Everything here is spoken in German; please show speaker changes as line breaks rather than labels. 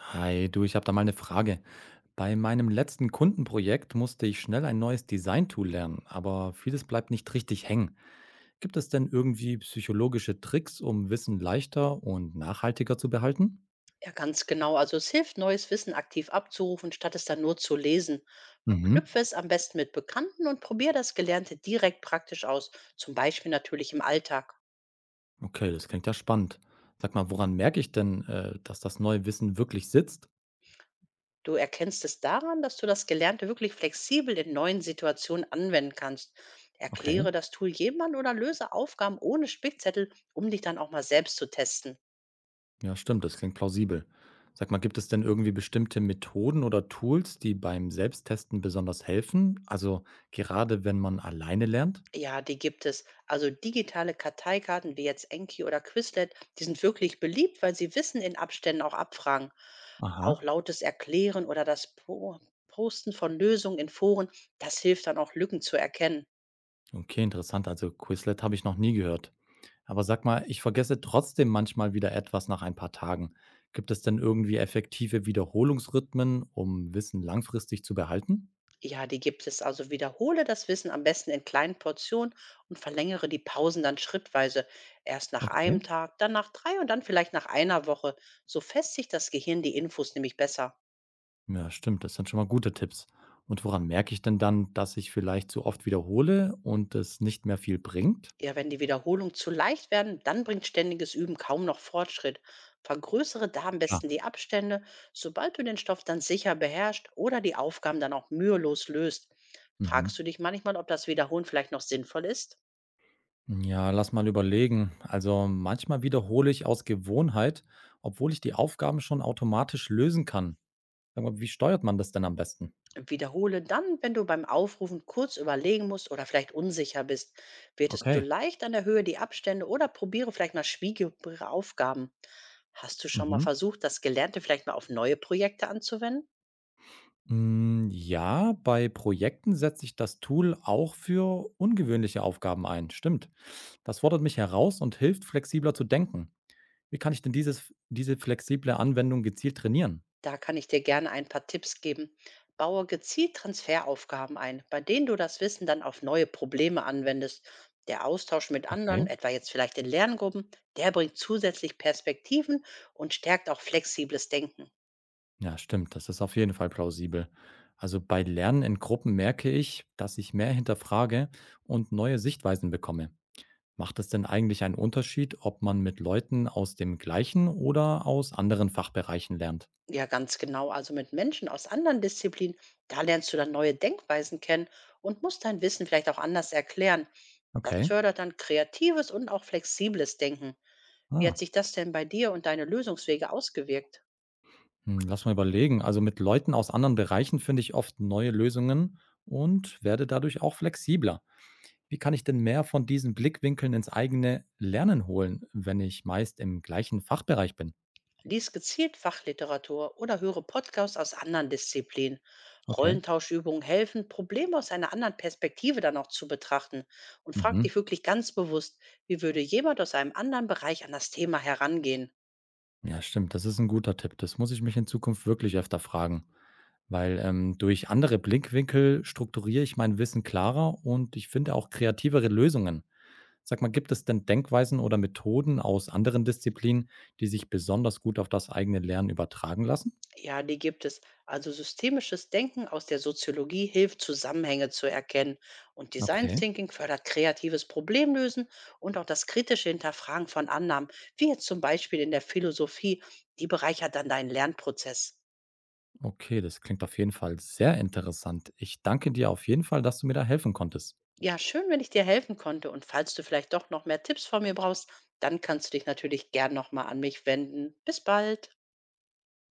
Hi, du, ich habe da mal eine Frage. Bei meinem letzten Kundenprojekt musste ich schnell ein neues Design-Tool lernen, aber vieles bleibt nicht richtig hängen. Gibt es denn irgendwie psychologische Tricks, um Wissen leichter und nachhaltiger zu behalten?
Ja, ganz genau. Also es hilft, neues Wissen aktiv abzurufen, statt es dann nur zu lesen.
Mhm.
Verknüpfe es am besten mit Bekannten und probiere das Gelernte direkt praktisch aus, zum Beispiel natürlich im Alltag.
Okay, das klingt ja spannend. Sag mal, woran merke ich denn, dass das neue Wissen wirklich sitzt?
Du erkennst es daran, dass du das Gelernte wirklich flexibel in neuen Situationen anwenden kannst.
Okay.
Erkläre das Tool jemand oder löse Aufgaben ohne Spickzettel, um dich dann auch mal selbst zu testen.
Ja, stimmt, das klingt plausibel. Sag mal, gibt es denn irgendwie bestimmte Methoden oder Tools, die beim Selbsttesten besonders helfen? Also gerade wenn man alleine lernt?
Ja, die gibt es. Also digitale Karteikarten wie jetzt Enki oder Quizlet, die sind wirklich beliebt, weil sie Wissen in Abständen auch abfragen. Auch
Aha.
lautes Erklären oder das Posten von Lösungen in Foren, das hilft dann auch Lücken zu erkennen.
Okay, interessant. Also Quizlet habe ich noch nie gehört. Aber sag mal, ich vergesse trotzdem manchmal wieder etwas nach ein paar Tagen. Gibt es denn irgendwie effektive Wiederholungsrhythmen, um Wissen langfristig zu behalten?
Ja, die gibt es. Also wiederhole das Wissen am besten in kleinen Portionen und verlängere die Pausen dann schrittweise. Erst nach
Okay.
einem Tag, dann nach drei und dann vielleicht nach einer Woche. So festigt das Gehirn die Infos nämlich besser.
Ja, stimmt. Das sind schon mal gute Tipps. Und woran merke ich denn dann, dass ich vielleicht zu oft wiederhole und es nicht mehr viel bringt?
Ja, wenn die Wiederholungen zu leicht werden, dann bringt ständiges Üben kaum noch Fortschritt. Vergrößere da am
Ah,
besten die Abstände, sobald du den Stoff dann sicher beherrschst oder die Aufgaben dann auch mühelos löst.
mhm.
Fragst du dich manchmal, ob das Wiederholen vielleicht noch sinnvoll ist?
Ja, lass mal überlegen. Also manchmal wiederhole ich aus Gewohnheit, obwohl ich die Aufgaben schon automatisch lösen kann. Sag mal, wie steuert man das denn am besten?
Wiederhole dann, wenn du beim Aufrufen kurz überlegen musst oder vielleicht unsicher bist. Wird es zu
Okay.
leicht, an der Höhe die Abstände oder probiere vielleicht mal schwierigere Aufgaben. Hast du schon mal
Mhm.
versucht, das Gelernte vielleicht mal auf neue Projekte anzuwenden?
Hm, ja, bei Projekten setze ich das Tool auch für ungewöhnliche Aufgaben ein. Stimmt. Das fordert mich heraus und hilft, flexibler zu denken. Wie kann ich denn diese flexible Anwendung gezielt trainieren?
Da kann ich dir gerne ein paar Tipps geben. Baue gezielt Transferaufgaben ein, bei denen du das Wissen dann auf neue Probleme anwendest. Der Austausch mit
Okay.
anderen, etwa jetzt vielleicht in Lerngruppen, der bringt zusätzlich Perspektiven und stärkt auch flexibles Denken.
Ja, stimmt. Das ist auf jeden Fall plausibel. Also bei Lernen in Gruppen merke ich, dass ich mehr hinterfrage und neue Sichtweisen bekomme. Macht es denn eigentlich einen Unterschied, ob man mit Leuten aus dem gleichen oder aus anderen Fachbereichen lernt?
Ja, ganz genau. Also mit Menschen aus anderen Disziplinen, da lernst du dann neue Denkweisen kennen und musst dein Wissen vielleicht auch anders erklären. Das
Okay.
fördert dann kreatives und auch flexibles Denken. Wie
Ah.
hat sich das denn bei dir und deine Lösungswege ausgewirkt?
Hm, lass mal überlegen. Also mit Leuten aus anderen Bereichen finde ich oft neue Lösungen und werde dadurch auch flexibler. Wie kann ich denn mehr von diesen Blickwinkeln ins eigene Lernen holen, wenn ich meist im gleichen Fachbereich bin?
Lies gezielt Fachliteratur oder höre Podcasts aus anderen Disziplinen.
Okay.
Rollentauschübungen helfen, Probleme aus einer anderen Perspektive dann auch zu betrachten, und frag
Mhm.
dich wirklich ganz bewusst, wie würde jemand aus einem anderen Bereich an das Thema herangehen?
Ja, stimmt. Das ist ein guter Tipp. Das muss ich mich in Zukunft wirklich öfter fragen, weil durch andere Blickwinkel strukturiere ich mein Wissen klarer und ich finde auch kreativere Lösungen. Sag mal, gibt es denn Denkweisen oder Methoden aus anderen Disziplinen, die sich besonders gut auf das eigene Lernen übertragen lassen?
Ja, die gibt es. Also systemisches Denken aus der Soziologie hilft, Zusammenhänge zu erkennen, und Design
Okay,
Thinking fördert kreatives Problemlösen und auch das kritische Hinterfragen von Annahmen, wie jetzt zum Beispiel in der Philosophie, die bereichert dann deinen Lernprozess.
okay, das klingt auf jeden Fall sehr interessant. Ich danke dir auf jeden Fall, dass du mir da helfen konntest.
Ja, schön, wenn ich dir helfen konnte. Und falls du vielleicht doch noch mehr Tipps von mir brauchst, dann kannst du dich natürlich gern nochmal an mich wenden. Bis bald.